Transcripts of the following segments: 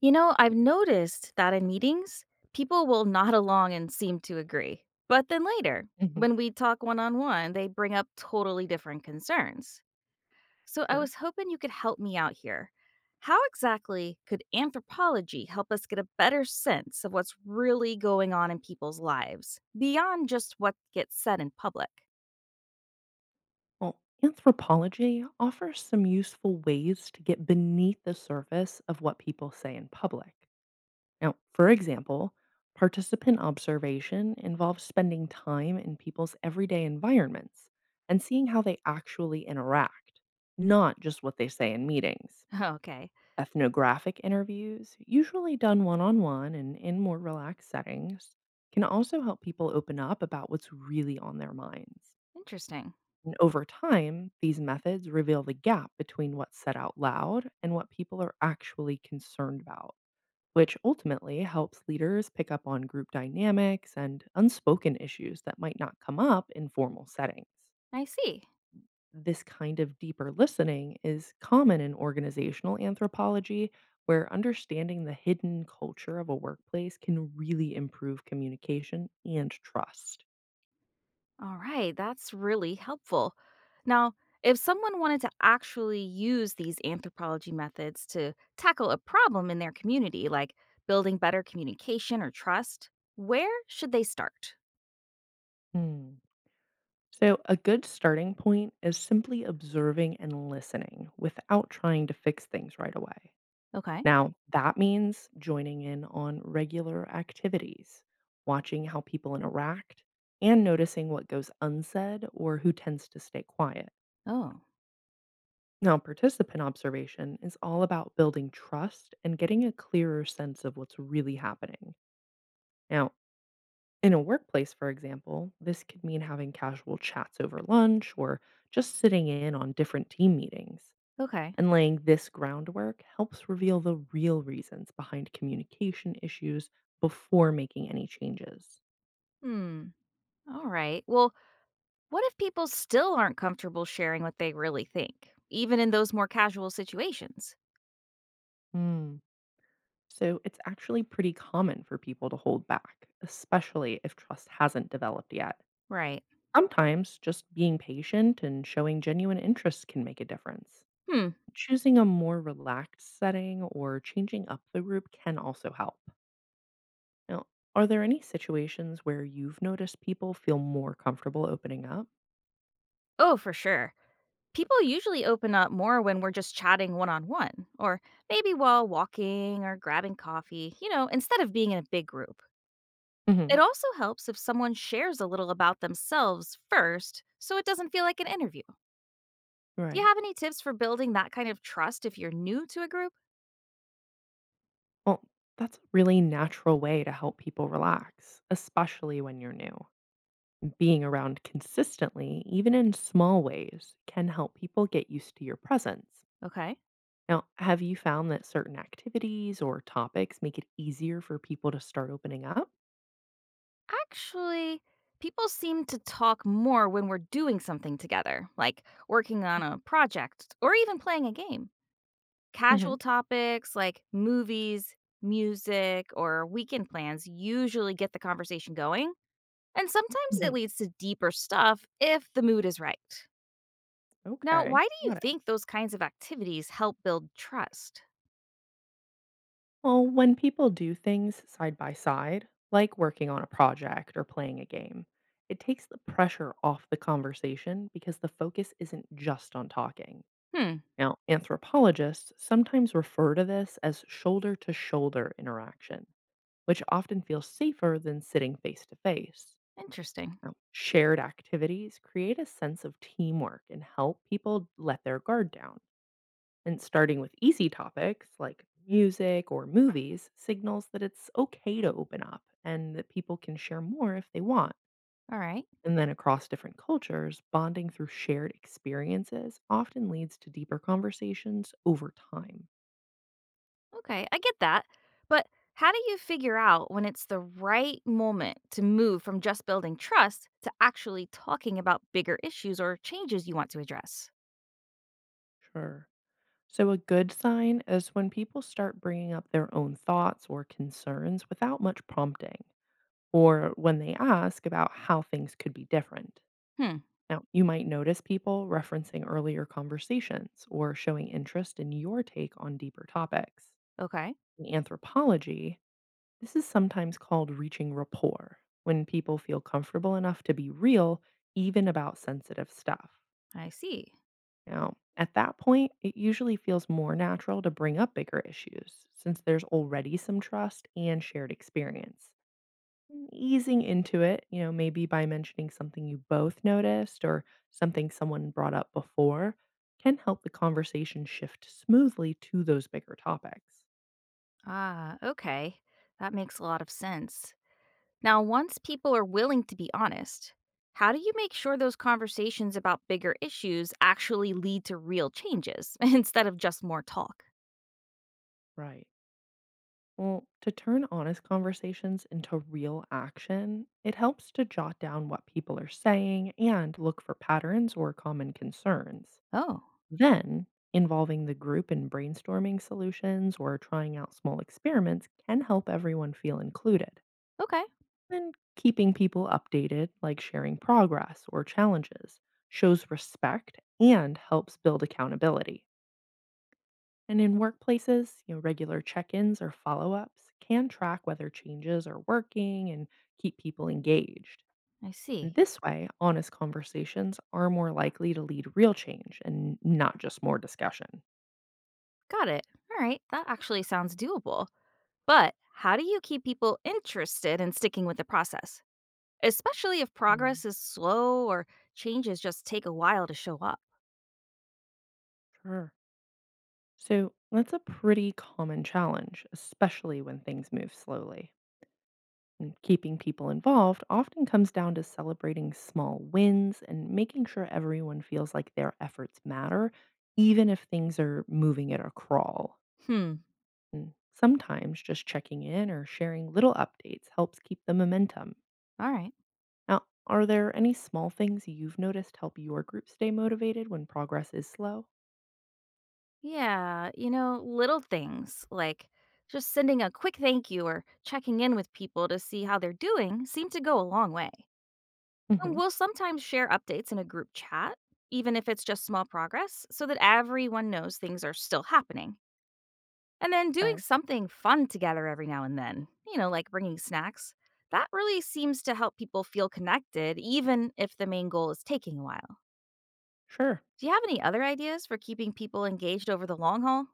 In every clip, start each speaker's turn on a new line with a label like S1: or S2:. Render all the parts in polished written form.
S1: You know, I've noticed that in meetings, people will nod along and seem to agree. But then later,
S2: Mhm.
S1: when we talk one on one, they bring up totally different concerns. So I
S2: Sure.
S1: was hoping you could help me out here. How exactly could anthropology help us get a better sense of what's really going on in people's lives beyond just what gets said in public?
S2: Well, anthropology offers some useful ways to get beneath the surface of what people say in public. Now, for example, participant observation involves spending time in people's everyday environments and seeing how they actually interact, not just what they say in meetings.
S1: Okay,
S2: Ethnographic interviews, usually done one on one and in more relaxed settings, can also help people open up about what's really on their minds.
S1: interesting.
S2: And over time, these methods reveal the gap between what's said out loud and what people are actually concerned about, which ultimately helps leaders pick up on group dynamics and unspoken issues that might not come up in formal settings.
S1: I see.
S2: This kind of deeper listening is common in organizational anthropology, where understanding the hidden culture of a workplace can really improve communication and trust.
S1: All right, that's really helpful. Now, if someone wanted to actually use these anthropology methods to tackle a problem in their community, like building better communication or trust, where should they start?
S2: Hmm. So, a good starting point is simply observing and listening without trying to fix things right away.
S1: Okay.
S2: Now, that means joining in on regular activities, watching how people interact, and noticing what goes unsaid or who tends to stay quiet.
S1: Oh,
S2: Now, participant observation is all about building trust and getting a clearer sense of what's really happening. Now, in a workplace, for example, this could mean having casual chats over lunch or just sitting in on different team meetings.
S1: okay.
S2: And laying this groundwork helps reveal the real reasons behind communication issues before making any changes.
S1: Hmm. All right. Well, what if people still aren't comfortable sharing what they really think, even in those more casual situations?
S2: Hmm. So it's actually pretty common for people to hold back, especially if trust hasn't developed yet.
S1: Right.
S2: Sometimes just being patient and showing genuine interest can make a difference.
S1: Hmm.
S2: Choosing a more relaxed setting or changing up the group can also help. Now, are there any situations where you've noticed people feel more comfortable opening up?
S1: Oh, for sure. People usually open up more when we're just chatting one on one, or maybe while walking or grabbing coffee, you know, instead of being in a big group.
S2: hmm
S1: It also helps if someone shares a little about themselves first so it doesn't feel like an interview. Do you
S2: Right.
S1: have any tips for building that kind of trust if you're new to a group?
S2: Well, that's a really natural way to help people relax, especially when you're new. Being around consistently, even in small ways, can help people get used to your presence.
S1: Okay.
S2: Now, have you found that certain activities or topics make it easier for people to start opening up?
S1: Actually, people seem to talk more when we're doing something together, like working on a project or even playing a game.
S2: hmm
S1: Casual topics like movies, music, or weekend plans usually get the conversation going, and sometimes it
S2: hmm
S1: leads to deeper stuff if the mood is right. Now,
S2: Okay.
S1: why do you
S2: Got it.
S1: think those kinds of activities help build trust?
S2: Well, when people do things side by side, like working on a project or playing a game, it takes the pressure off the conversation because the focus isn't just on talking.
S1: Hmm,
S2: Now, anthropologists sometimes refer to this as shoulder to shoulder interaction, which often feels safer than sitting face to face.
S1: interesting.
S2: Now, shared activities create a sense of teamwork and help people let their guard down. And starting with easy topics like music or movies signals that it's okay to open up and that people can share more if they want.
S1: All right.
S2: And then across different cultures, bonding through shared experiences often leads to deeper conversations over time.
S1: Okay, I get that. But how do you figure out when it's the right moment to move from just building trust to actually talking about bigger issues or changes you want to address?
S2: Sure. So, a good sign is when people start bringing up their own thoughts or concerns without much prompting, or when they ask about how things could be different.
S1: Hmm,
S2: Now, you might notice people referencing earlier conversations or showing interest in your take on deeper topics.
S1: okay,
S2: In anthropology, this is sometimes called reaching rapport, when people feel comfortable enough to be real, even about sensitive stuff.
S1: I see.
S2: Now, at that point, it usually feels more natural to bring up bigger issues since there's already some trust and shared experience. And easing into it, you know, maybe by mentioning something you both noticed or something someone brought up before, can help the conversation shift smoothly to those bigger topics.
S1: Ah, okay. That makes a lot of sense. Now, once people are willing to be honest, how do you make sure those conversations about bigger issues actually lead to real changes instead of just more talk?
S2: Right. Well, to turn honest conversations into real action, it helps to jot down what people are saying and look for patterns or common concerns.
S1: Oh,
S2: Then, involving the group in brainstorming solutions or trying out small experiments can help everyone feel included.
S1: okay.
S2: And keeping people updated, like sharing progress or challenges, shows respect and helps build accountability. And in workplaces, you know, regular check-ins or follow-ups can track whether changes are working and keep people engaged.
S1: I see.
S2: And this way, honest conversations are more likely to lead real change and not just more discussion.
S1: Got it. All right. That actually sounds doable. But how do you keep people interested in sticking with the process, especially if
S2: Mm.
S1: progress is slow or changes just take a while to show up?
S2: Sure. So that's a pretty common challenge, especially when things move slowly. And keeping people involved often comes down to celebrating small wins and making sure everyone feels like their efforts matter, even if things are moving at a crawl.
S1: Hmm.
S2: And sometimes just checking in or sharing little updates helps keep the momentum.
S1: All right.
S2: Now, are there any small things you've noticed help your group stay motivated when progress is slow?
S1: Yeah, you know, little things like just sending a quick thank you or checking in with people to see how they're doing seem to go a long way. And
S2: Mhm.
S1: we'll sometimes share updates in a group chat, even if it's just small progress, so that everyone knows things are still happening. And then doing
S2: Okay.
S1: something fun together every now and then, you know, like bringing snacks, that really seems to help people feel connected, even if the main goal is taking a while.
S2: Sure.
S1: Do you have any other ideas for keeping people engaged over the long haul?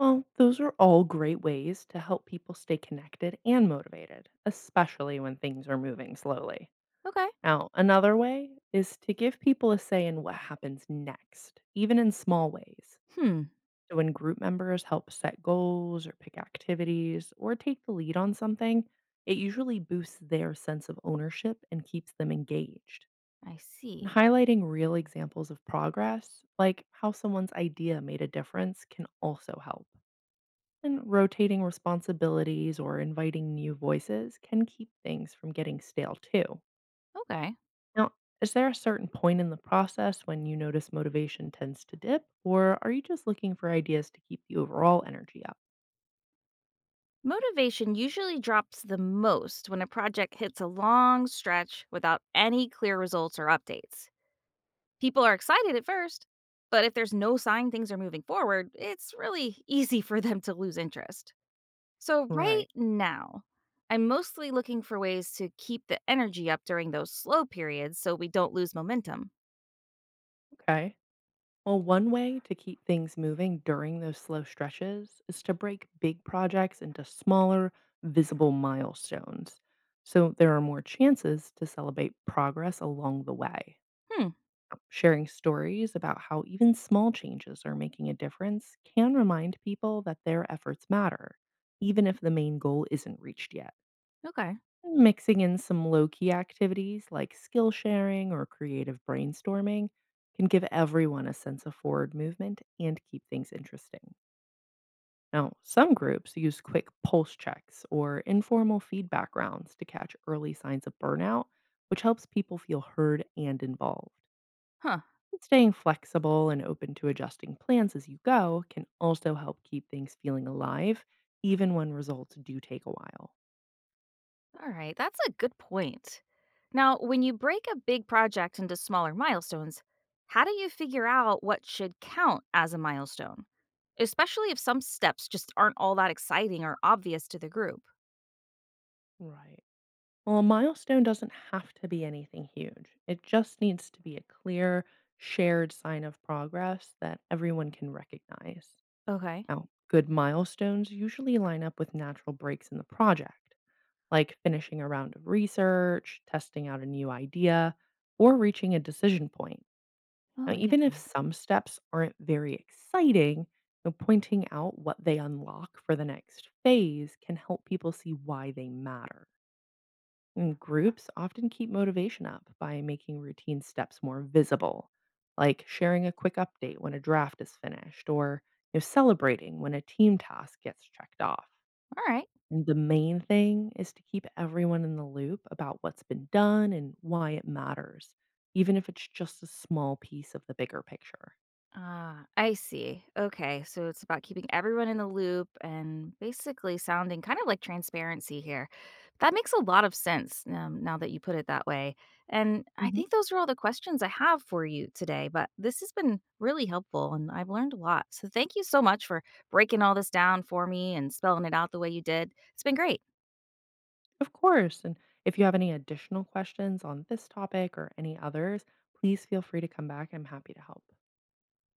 S2: Well, those are all great ways to help people stay connected and motivated, especially when things are moving slowly.
S1: Okay.
S2: Now, another way is to give people a say in what happens next, even in small ways.
S1: Hmm.
S2: So when group members help set goals or pick activities or take the lead on something, it usually boosts their sense of ownership and keeps them engaged.
S1: I
S2: And
S1: see.
S2: highlighting real examples of progress, like how someone's idea made a difference, can also help. And rotating responsibilities or inviting new voices can keep things from getting stale too.
S1: Okay.
S2: Now, is there a certain point in the process when you notice motivation tends to dip, or are you just looking for ideas to keep the overall energy up?
S1: Motivation usually drops the most when a project hits a long stretch without any clear results or updates. People are excited at first, but if there's no sign things are moving forward, it's really easy for them to lose interest. So, right
S2: Right.
S1: now, I'm mostly looking for ways to keep the energy up during those slow periods so we don't lose momentum.
S2: Okay. Well, one way to keep things moving during those slow stretches is to break big projects into smaller, visible milestones. So there are more chances to celebrate progress along the way.
S1: Hmm.
S2: Sharing stories about how even small changes are making a difference can remind people that their efforts matter, even if the main goal isn't reached yet.
S1: Okay.
S2: Mixing in some low key activities like skill sharing or creative brainstorming can give everyone a sense of forward movement and keep things interesting. Now, some groups use quick pulse checks or informal feedback rounds to catch early signs of burnout, which helps people feel heard and involved.
S1: Huh.
S2: Staying flexible and open to adjusting plans as you go can also help keep things feeling alive, even when results do take a while.
S1: All right, that's a good point. Now, when you break a big project into smaller milestones, how do you figure out what should count as a milestone? Especially if some steps just aren't all that exciting or obvious to the group.
S2: Right. Well, a milestone doesn't have to be anything huge. It just needs to be a clear, shared sign of progress that everyone can recognize.
S1: Okay.
S2: Now, good milestones usually line up with natural breaks in the project, like finishing a round of research, testing out a new idea, or reaching a decision point. Now,
S1: Oh,
S2: even
S1: yeah.
S2: if some steps aren't very exciting, you know, pointing out what they unlock for the next phase can help people see why they matter. Mm. Groups often keep motivation up by making routine steps more visible, like sharing a quick update when a draft is finished or, you know, celebrating when a team task gets checked off.
S1: All right.
S2: And the main thing is to keep everyone in the loop about what's been done and why it matters, even if it's just a small piece of the bigger picture.
S1: Ah, I see. Okay, so it's about keeping everyone in the loop and basically sounding kind of like transparency here. That makes a lot of sense now that you put it that way. And I
S2: hmm
S1: think those are all the questions I have for you today, but this has been really helpful and I've learned a lot. So thank you so much for breaking all this down for me and spelling it out the way you did. It's been great.
S2: Of course. And if you have any additional questions on this topic or any others, please feel free to come back. I'm happy to help.